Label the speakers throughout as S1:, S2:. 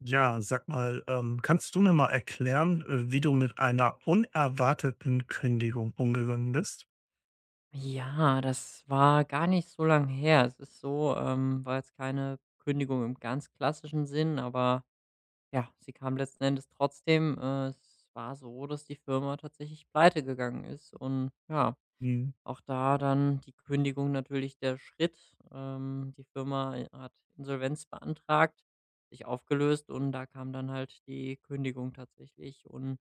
S1: Ja, sag mal, kannst du mir mal erklären, wie du mit einer unerwarteten Kündigung umgegangen bist?
S2: Ja, das war gar nicht so lang her. Es ist so, war jetzt keine Kündigung im ganz klassischen Sinn, aber ja, sie kam letzten Endes trotzdem. Es war so, dass die Firma tatsächlich pleite gegangen ist und ja,
S1: Mhm.
S2: auch da dann die Kündigung natürlich der Schritt. Die Firma hat Insolvenz beantragt, sich aufgelöst und da kam dann halt die Kündigung tatsächlich und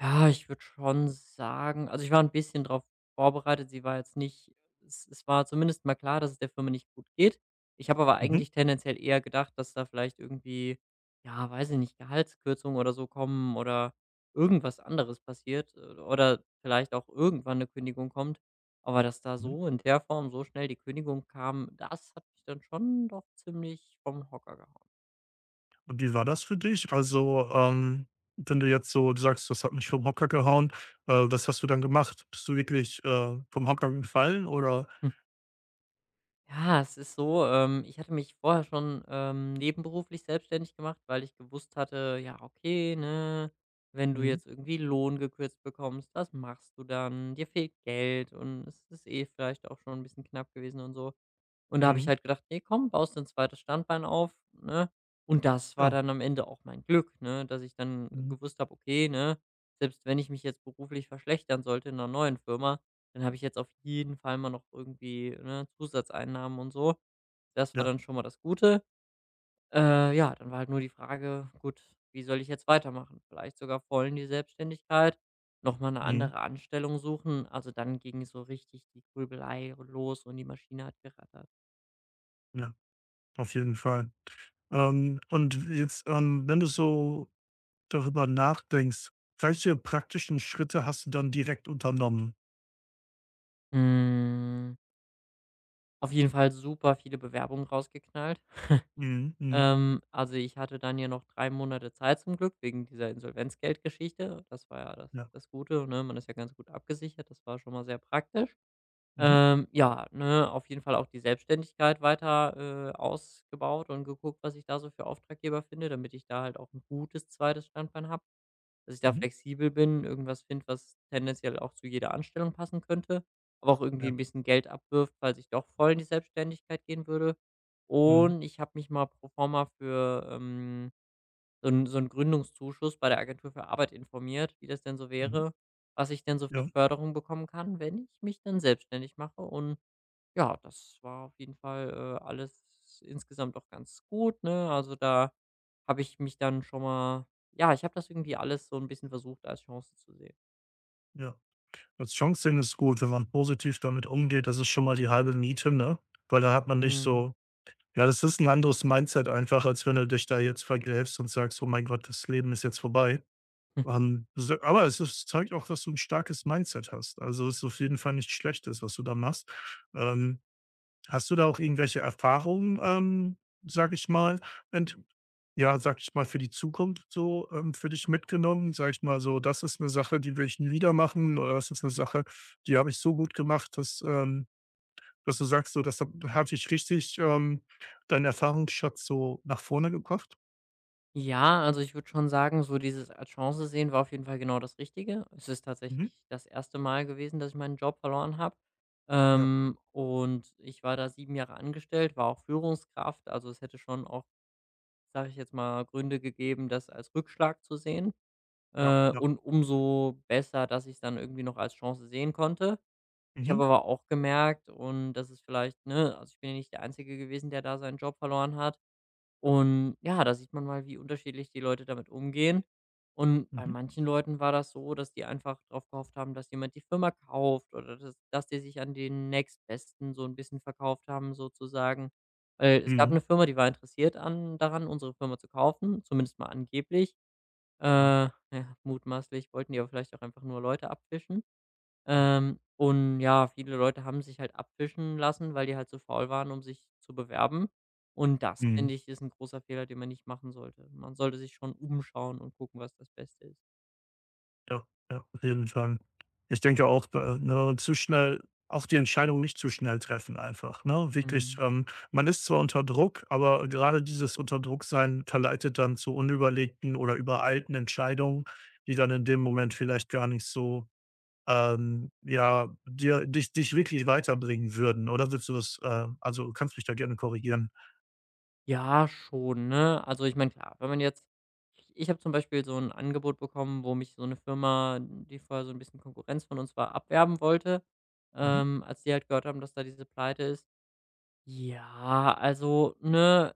S2: ja, ich würde schon sagen, also ich war ein bisschen darauf vorbereitet. Sie war jetzt nicht, es war zumindest mal klar, dass es der Firma nicht gut geht. Ich habe aber
S1: Mhm.
S2: eigentlich tendenziell eher gedacht, dass da vielleicht irgendwie, ja, weiß ich nicht, Gehaltskürzungen oder so kommen oder irgendwas anderes passiert, oder vielleicht auch irgendwann eine Kündigung kommt. Aber dass da
S1: Mhm.
S2: so in der Form so schnell die Kündigung kam, das hat mich dann schon doch ziemlich vom Hocker gehauen.
S1: Und wie war das für dich? Also, wenn du jetzt so sagst, das hat mich vom Hocker gehauen, was hast du dann gemacht? Bist du wirklich vom Hocker gefallen oder?
S2: Ja, es ist so, ich hatte mich vorher schon, nebenberuflich selbstständig gemacht, weil ich gewusst hatte, ja, okay, ne, wenn du
S1: Mhm.
S2: jetzt irgendwie Lohn gekürzt bekommst, was machst du dann? Dir fehlt Geld und es ist eh vielleicht auch schon ein bisschen knapp gewesen und so. Und da habe ich
S1: Mhm.
S2: halt gedacht: „Nee komm, baust dir 'n 2. Standbein auf“, ne? Und das war
S1: Ja.
S2: dann am Ende auch mein Glück, ne, dass ich dann
S1: Mhm.
S2: gewusst habe: „Okay, ne, selbst wenn ich mich jetzt beruflich verschlechtern sollte in 'ner neuen Firma, dann habe ich jetzt auf jeden Fall mal noch irgendwie, ne, Zusatzeinnahmen“ und so. Das war
S1: Ja.
S2: dann schon mal das Gute. Ja, dann war halt nur die Frage: „Gut, wie soll ich jetzt weitermachen?“ Vielleicht sogar voll in die Selbstständigkeit, noch mal 'ne
S1: Mhm.
S2: andere Anstellung suchen. Also, dann ging so richtig die Grübelei los und die Maschine hat gerattert.
S1: Ja, auf jeden Fall. Und jetzt, wenn du so darüber nachdenkst, welche praktischen Schritte hast du dann direkt unternommen?
S2: Hm, auf jeden Fall super viele Bewerbungen rausgeknallt.
S1: Mhm, mhm,
S2: Also, ich hatte dann ja noch 3 Monate Zeit zum Glück wegen dieser Insolvenzgeldgeschichte. Das war ja das
S1: ja.
S2: das Gute, ne? Man ist ja ganz gut abgesichert. Das war schon mal sehr praktisch.
S1: Mhm,
S2: Ja, ne, auf jeden Fall auch die Selbstständigkeit weiter ausgebaut und geguckt, was ich da so für Auftraggeber finde, damit ich da halt auch ein gutes zweites Standbein habe, dass ich da
S1: mhm,
S2: flexibel bin, irgendwas finde, was tendenziell auch zu jeder Anstellung passen könnte, aber auch irgendwie
S1: ja.
S2: ein bisschen Geld abwirft, falls ich doch voll in die Selbstständigkeit gehen würde.
S1: Mhm,
S2: Und ich habe mich mal pro forma für, so 'n Gründungszuschuss bei der Agentur für Arbeit informiert, wie das denn so
S1: mhm,
S2: wäre, was ich denn so für
S1: ja,
S2: Förderung bekommen kann, wenn ich mich dann selbstständig mache und ja, das war auf jeden Fall, alles insgesamt auch ganz gut, ne? Also, da habe ich mich dann schon mal, ja, ich habe das irgendwie alles so ein bisschen versucht, als Chance zu sehen.
S1: ja. Das Chancending ist gut, wenn man positiv damit umgeht. Das ist schon mal die halbe Miete, ne? Weil da hat man nicht
S2: Mhm.
S1: so, ja, das ist ein anderes Mindset einfach, als wenn du dich da jetzt vergräbst und sagst: „Oh mein Gott, das Leben ist jetzt vorbei.“ s aber es ist zeigt auch, dass du ein starkes Mindset hast. Also, es ist auf jeden Fall nichts Schlechtes, was du da machst. Ähm, hast du da auch irgendwelche Erfahrungen, sage ich mal, ja, sag ich mal, für die Zukunft so, für dich mitgenommen? Sag ich mal so, das ist eine Sache, die will ich nie wieder machen oder das ist eine Sache, die habe ich so gut gemacht, dass du sagst so, das hat dich richtig, deinen Erfahrungsschatz so nach vorne gebracht?
S2: Ja, also, ich würde schon sagen, so dieses als Chance sehen war auf jeden Fall genau das Richtige. Es ist
S1: Mhm.
S2: tatsächlich das erste Mal gewesen, dass ich meinen Job verloren habe.
S1: Ja,
S2: Und ich war da 7 Jahre angestellt, war auch Führungskraft. Also, es hätte schon auch, sage ich jetzt mal, Gründe gegeben, das als Rückschlag zu sehen.
S1: ja, ja.
S2: Und umso besser, dass ich's dann irgendwie noch als Chance sehen konnte. Ich habe
S1: Mhm,
S2: aber auch gemerkt, und das ist vielleicht, ne, also ich bin ja nicht der Einzige gewesen, der da seinen Job verloren hat. Und ja, da sieht man mal, wie unterschiedlich die Leute damit umgehen. Und bei
S1: mhm,
S2: manchen Leuten war das so, dass die einfach darauf gehofft haben, dass jemand die Firma kauft oder dass die sich an den Nächstbesten so ein bisschen verkauft haben sozusagen. Weil es gab
S1: mhm,
S2: eine Firma, die war interessiert an, daran, unsere Firma zu kaufen, zumindest mal angeblich.
S1: ja.
S2: Ja, mutmaßlich wollten die aber vielleicht auch einfach nur Leute abfischen. Und ja, viele Leute haben sich halt abfischen lassen, weil die halt so faul waren, um sich zu bewerben. Und das, finde
S1: Mhm.
S2: ich, ist ein großer Fehler, den man nicht machen sollte. Man sollte sich schon umschauen und gucken, was das Beste ist.
S1: Ja, ja, auf jeden Fall. Ich denke auch, ne, zu schnell auch die Entscheidung nicht zu schnell treffen einfach, ne? Wirklich,
S2: Hm,
S1: man ist zwar unter Druck, aber gerade dieses Unterdrucksein verleitet dann zu unüberlegten oder übereilten Entscheidungen, die dann in dem Moment vielleicht gar nicht so, ja, dir dich wirklich weiterbringen würden, oder willst du das, also, kannst mich da gerne korrigieren.
S2: ja, schon, ne? Also, ich meine, klar, wenn man jetzt, ich habe zum Beispiel so ein Angebot bekommen, wo mich so eine Firma, die vorher so ein bisschen Konkurrenz von uns war, abwerben wollte,
S1: Mhm,
S2: als die halt gehört haben, dass da diese Pleite ist. Ja, also, ne,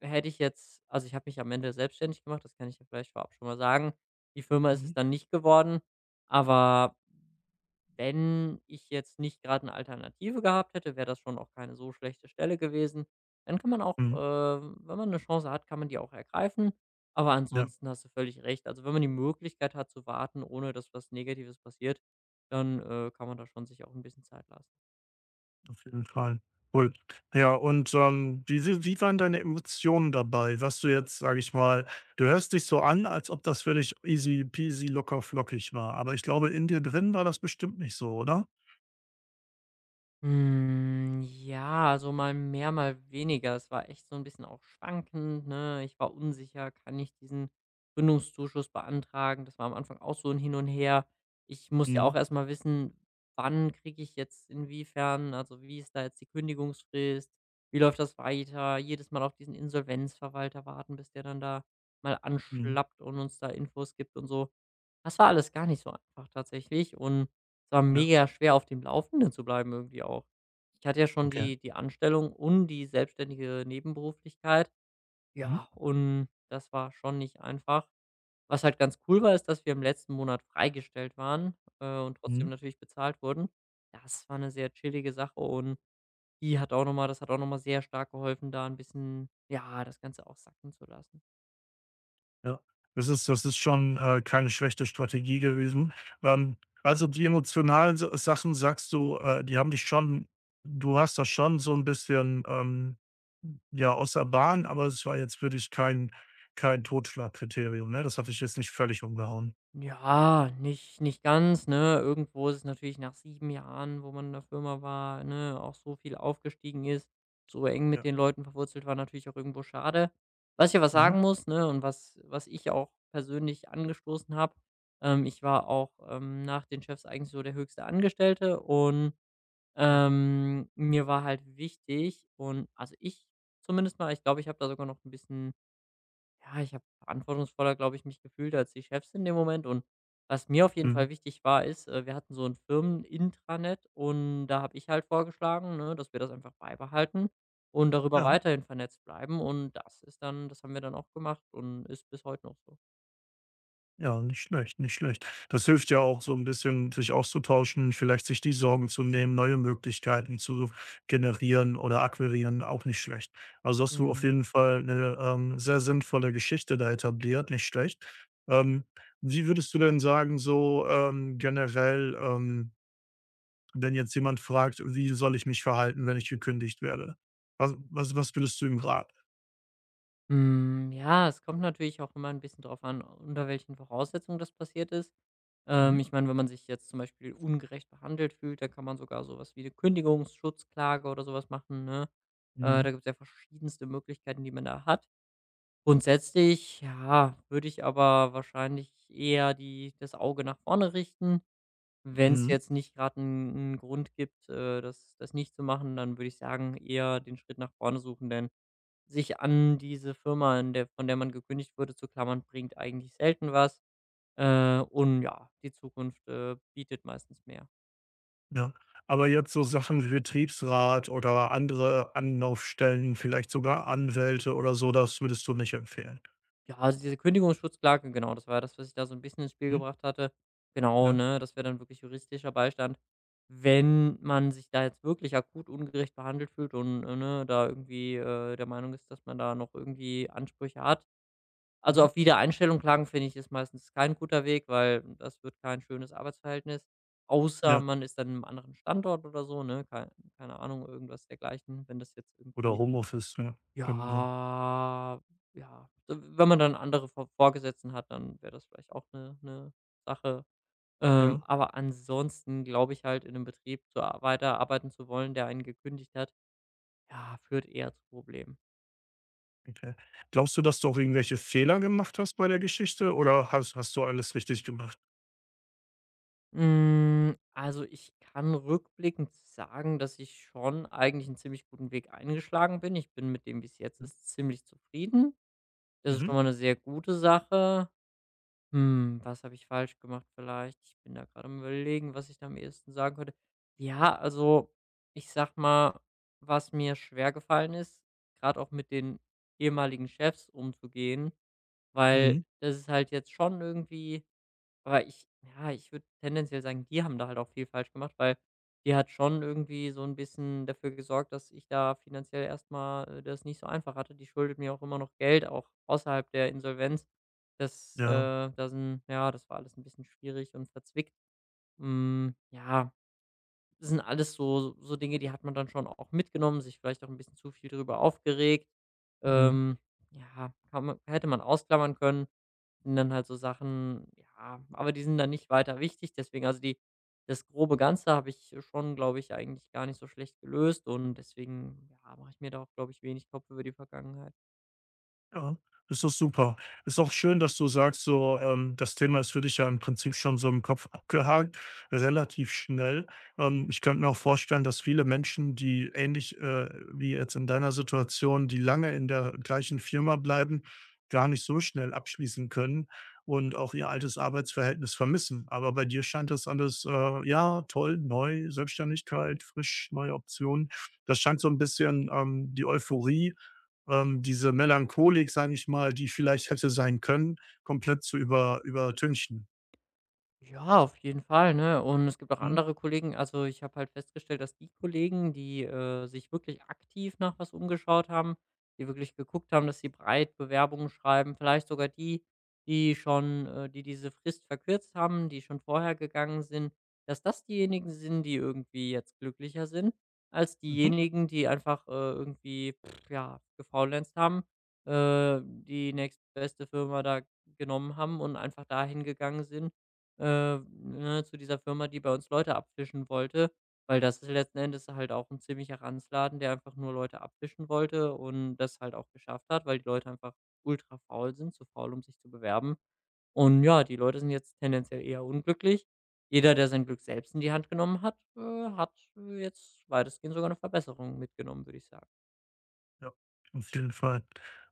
S2: hätte ich jetzt, also ich habe mich am Ende selbstständig gemacht, das kann ich ja vielleicht vorab schon mal sagen. Die Firma ist es
S1: mhm,
S2: dann nicht geworden, aber wenn ich jetzt nicht gerade eine Alternative gehabt hätte, wäre das schon auch keine so schlechte Stelle gewesen. Dann kann man auch,
S1: mhm,
S2: wenn man eine Chance hat, kann man die auch ergreifen. Aber
S1: ja.
S2: ansonsten hast du völlig recht. Also, wenn man die Möglichkeit hat zu warten, ohne dass was Negatives passiert, dann, kann man da schon sich auch ein bisschen Zeit lassen.
S1: Auf jeden Fall. Cool. Ja, und, wie si wie waren deine Emotionen dabei? Was du jetzt, sage ich mal, du hörst dich so an, als ob das für dich easy peasy, locker flockig war, aber ich glaube, in dir drin war das bestimmt nicht so, oder?
S2: Hm, ja, also mal mehr, mal weniger. Es war echt so ein bisschen auch schwankend, ne? Ich war unsicher, kann ich diesen Gründungszuschuss beantragen? Das war am Anfang auch so ein Hin und Her. Ich muss ja
S1: Mhm,
S2: auch erst mal wissen, wann kriege ich jetzt, inwiefern, also wie ist da jetzt die Kündigungsfrist? Wie läuft das weiter? Jedes Mal auf diesen Insolvenzverwalter warten, bis der dann da mal
S1: mhm,
S2: anschlappt und uns da Infos gibt und so. Das war alles gar nicht so einfach tatsächlich und es war
S1: ja,
S2: mega schwer, auf dem Laufenden zu bleiben irgendwie auch. Ich hatte ja schon
S1: okay.
S2: die Anstellung und die selbstständige Nebenberuflichkeit.
S1: Mhm,
S2: Ja, und das war schon nicht einfach. Was halt ganz cool war, ist, dass wir im letzten Monat freigestellt waren, und
S1: mhm,
S2: trotzdem natürlich bezahlt wurden. Das war eine sehr chillige Sache und die hat auch noch mal das hat auch noch mal sehr stark geholfen, da ein bisschen, ja, das Ganze auch sacken zu lassen.
S1: ja. Das ist, das ist schon, keine schlechte Strategie gewesen. Ähm, also, die emotionalen S Sachen, sagst du, die haben dich schon, du hast das schon so ein bisschen, ja, außer Bahn, aber es war jetzt wirklich kein, kein Totschlagkriterium, ne? Das hat ich jetzt nicht völlig umgehauen.
S2: Ja, nicht ganz, ne? Irgendwo ist es natürlich nach 7 Jahren, wo man in der Firma war, ne, auch so viel aufgestiegen ist, so eng mit
S1: Ja.
S2: den Leuten verwurzelt war, natürlich auch irgendwo schade. Was ich aber
S1: Mhm.
S2: sagen muss, ne, und was ich auch persönlich angestoßen habe, ich war auch, nach den Chefs eigentlich so der höchste Angestellte, und
S1: Ja.
S2: mir war halt wichtig, und also, ich, zumindest mal, ich glaube, ich habe da sogar noch ein bisschen, ja, ich habe verantwortungsvoller, glaube ich, mich gefühlt als die Chefs in dem Moment. Und was mir auf jeden Fall
S1: Mhm.
S2: wichtig war, ist, wir hatten so ein Firmen-Intranet, und da habe ich halt vorgeschlagen, ne, dass wir das einfach beibehalten und darüber
S1: Ja.
S2: weiterhin vernetzt bleiben. Und das ist dann, das haben wir dann auch gemacht und ist bis heute noch so.
S1: Ja, nicht schlecht, nicht schlecht. Das hilft ja auch so ein bisschen, sich auszutauschen, vielleicht sich die Sorgen zu nehmen, neue Möglichkeiten zu generieren oder akquirieren, auch nicht schlecht. Also, hast du auf
S2: Mhm.
S1: jeden Fall eine sehr sinnvolle Geschichte da etabliert, nicht schlecht. Ähm, wie würdest du denn sagen, so, generell, wenn jetzt jemand fragt: „Wie soll ich mich verhalten, wenn ich gekündigt werde?“ Was würdest du ihm raten?
S2: Hm, ja, es kommt natürlich auch immer ein bisschen drauf an, unter welchen Voraussetzungen das passiert ist.
S1: Mhm,
S2: Ich meine, wenn man sich jetzt zum Beispiel ungerecht behandelt fühlt, dann kann man sogar sowas wie eine Kündigungsschutzklage oder sowas machen, ne?
S1: mhm,
S2: Da gibt's ja verschiedenste Möglichkeiten, die man da hat. Grundsätzlich, ja, würde ich aber wahrscheinlich eher die das Auge nach vorne richten. Wenn es
S1: mhm,
S2: jetzt nicht gerade einen Grund gibt, das nicht zu machen, dann würde ich sagen, eher den Schritt nach vorne suchen, denn sich an diese Firma, in der, von der man gekündigt wurde, zu klammern, bringt eigentlich selten was. Und ja, die Zukunft, bietet meistens mehr.
S1: ja. Aber jetzt so Sachen wie Betriebsrat oder andere Anlaufstellen, vielleicht sogar Anwälte oder so, das würdest du nicht empfehlen?
S2: Ja, also diese Kündigungsschutzklage, genau, das war ja das, was ich da so ein bisschen ins Spiel
S1: Mhm,
S2: gebracht hatte. Genau,
S1: ja,
S2: ne, das wäre dann wirklich juristischer Beistand. Wenn man sich da jetzt wirklich akut ungerecht behandelt fühlt und, ne, da irgendwie, der Meinung ist, dass man da noch irgendwie Ansprüche hat. Also,
S1: mhm,
S2: auf Wiedereinstellung klagen, finde ich, ist meistens kein guter Weg, weil das wird kein schönes Arbeitsverhältnis, außer
S1: ja.
S2: man ist dann im anderen Standort oder so, ne? Keine Ahnung, irgendwas dergleichen, wenn das jetzt
S1: Oder
S2: irgendwie,
S1: Homeoffice, ja, genau.
S2: ja, ja. So, W wenn man dann andere Vorgesetzten hat, dann wäre das vielleicht auch 'ne Sache.
S1: Ja,
S2: Aber ansonsten glaube ich halt, in 'nem Betrieb zu ar weiterarbeiten zu wollen, der einen gekündigt hat, ja, führt eher zu Problemen.
S1: okay. Glaubst du, dass du auch irgendwelche Fehler gemacht hast bei der Geschichte oder hast du alles richtig gemacht?
S2: Hm, also, ich kann rückblickend sagen, dass ich schon eigentlich 'n ziemlich guten Weg eingeschlagen bin. Ich bin mit dem, wie's jetzt
S1: Mhm,
S2: ist, ziemlich zufrieden. Das ist
S1: mhm,
S2: schon mal 'ne sehr gute Sache. Hm, was habe ich falsch gemacht vielleicht? Ich bin da gerade am Überlegen, was ich da am ehesten sagen könnte. Ja, also ich sag mal, was mir schwergefallen ist, gerade auch mit den ehemaligen Chefs umzugehen, weil
S1: mhm,
S2: das ist halt jetzt schon irgendwie, aber ich, ja, ich würde tendenziell sagen, die haben da halt auch viel falsch gemacht, weil die hat schon irgendwie so ein bisschen dafür gesorgt, dass ich da finanziell erstmal das nicht so einfach hatte. Die schuldet mir auch immer noch Geld, auch außerhalb der Insolvenz. Das,
S1: ja,
S2: da, ja, das war alles ein bisschen schwierig und verzwickt. Hm, ja. Das sind alles so, so Dinge, die hat man dann schon auch mitgenommen, sich vielleicht auch ein bisschen zu viel darüber aufgeregt.
S1: mhm.
S2: Ähm, ja, kann man hätte man ausklammern können. Sind dann halt so Sachen, ja, aber die sind dann nicht weiter wichtig. Deswegen, also die, das grobe Ganze habe ich schon, glaube ich, eigentlich gar nicht so schlecht gelöst und deswegen, ja, mache ich mir da auch, glaube ich, wenig Kopf über die Vergangenheit.
S1: Ja, ist doch super. Ist auch schön, dass du sagst, so, das Thema ist für dich ja im Prinzip schon so im Kopf abgehakt, relativ schnell. Ich könnte mir auch vorstellen, dass viele Menschen, die ähnlich wie jetzt in deiner Situation, die lange in der gleichen Firma bleiben, gar nicht so schnell abschließen können und auch ihr altes Arbeitsverhältnis vermissen. Aber bei dir scheint das alles, ja, toll, neu, Selbstständigkeit, frisch, neue Optionen. Das scheint so ein bisschen die Euphorie, diese Melancholik, sage ich mal, die vielleicht hätte sein können, komplett zu übertünchen.
S2: Ja, auf jeden Fall, ne? Und es gibt auch
S1: Mhm,
S2: andere Kollegen. Also, ich habe halt festgestellt, dass die Kollegen, die, sich wirklich aktiv nach was umgeschaut haben, die wirklich geguckt haben, dass sie breit Bewerbungen schreiben, vielleicht sogar die, die schon, die diese Frist verkürzt haben, die schon vorher gegangen sind, dass das diejenigen sind, die irgendwie jetzt glücklicher sind als
S1: mhm.
S2: diejenigen, die einfach, irgendwie, pff, ja, gefaulenzt haben, die nächstbeste Firma da genommen haben und einfach dahin gegangen sind, ne, zu dieser Firma, die bei uns Leute abfischen wollte, weil das ist letzten Endes halt auch ein ziemlicher Ranzladen, der einfach nur Leute abfischen wollte und das halt auch geschafft hat, weil die Leute einfach ultra faul sind, zu faul, um sich zu bewerben. Und ja, die Leute sind jetzt tendenziell eher unglücklich. Jeder, der sein Glück selbst in die Hand genommen hat, hat jetzt weitestgehend sogar eine Verbesserung mitgenommen, würde ich sagen.
S1: Ja, auf jeden Fall.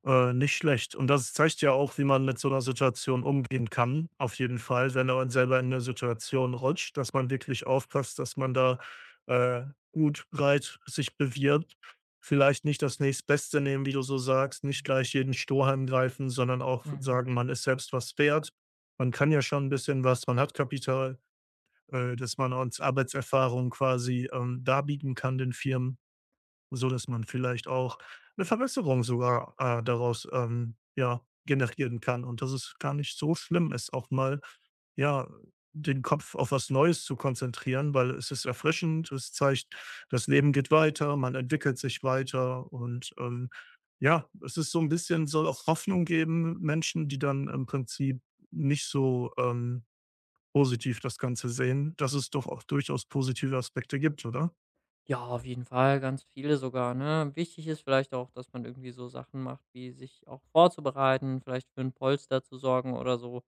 S1: Nicht schlecht. Und das zeigt ja auch, wie man mit so einer Situation umgehen kann, auf jeden Fall, wenn man selber in 'ne Situation rutscht, dass man wirklich aufpasst, dass man da, äh, gut, breit sich bewirbt. Vielleicht nicht das Nächstbeste nehmen, wie du so sagst, nicht gleich jeden Strohhalm greifen, sondern auch
S2: Mhm.
S1: sagen, man ist selbst was wert. Man kann ja schon ein bisschen was, man hat Kapital. Dass man uns Arbeitserfahrung quasi, darbieten kann den Firmen, so dass man vielleicht auch eine Verbesserung sogar, daraus, ja, generieren kann und dass es gar nicht so schlimm ist, auch mal, ja, den Kopf auf was Neues zu konzentrieren, weil es ist erfrischend, es zeigt, das Leben geht weiter, man entwickelt sich weiter und, ja, es ist so ein bisschen soll auch Hoffnung geben, Menschen, die dann im Prinzip nicht so, positiv das Ganze sehen, dass es doch auch durchaus positive Aspekte gibt, oder?
S2: Ja, auf jeden Fall, ganz viele sogar, ne? Wichtig ist vielleicht auch, dass man irgendwie so Sachen macht, wie sich auch vorzubereiten, vielleicht für 'n Polster zu sorgen oder so,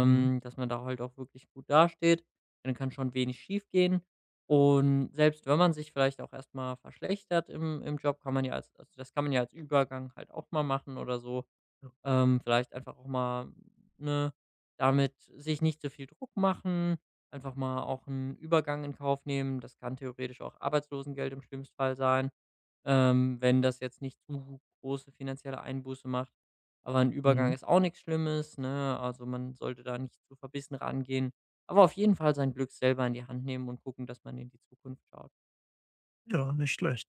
S1: Mhm.
S2: dass man da halt auch wirklich gut dasteht. Dann kann schon wenig schief gehen. Und selbst wenn man sich vielleicht auch erstmal verschlechtert im Job, kann man ja als, also das kann man ja als Übergang halt auch mal machen oder so.
S1: Ja.
S2: Vielleicht einfach auch mal, ne, damit sich nicht so viel Druck machen, einfach mal auch einen Übergang in Kauf nehmen. Das kann theoretisch auch Arbeitslosengeld im schlimmsten Fall sein, wenn das jetzt nicht zu große finanzielle Einbuße macht. Aber ein Übergang
S1: Mhm.
S2: ist auch nichts Schlimmes, ne? Also, man sollte da nicht zu verbissen rangehen, aber auf jeden Fall sein Glück selber in die Hand nehmen und gucken, dass man in die Zukunft schaut.
S1: Ja, nicht schlecht.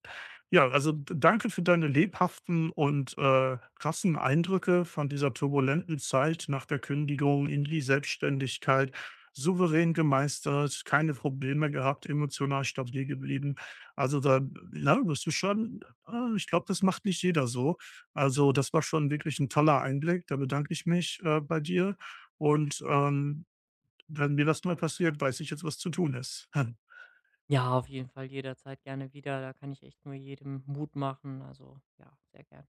S1: Ja, also d danke für deine lebhaften und, krassen Eindrücke von dieser turbulenten Zeit nach der Kündigung in die Selbstständigkeit. Souverän gemeistert, keine Probleme gehabt, emotional stabil geblieben. Also, da, ja, bist du schon, ah, ich glaube, das macht nicht jeder so. Also, das war schon wirklich ein toller Einblick. Da bedanke ich mich, bei dir und, wenn mir das mal passiert, weiß ich jetzt, was zu tun ist.
S2: Ja, auf jeden Fall jederzeit gerne wieder. Da kann ich echt nur jedem Mut machen. Also, ja, sehr gerne.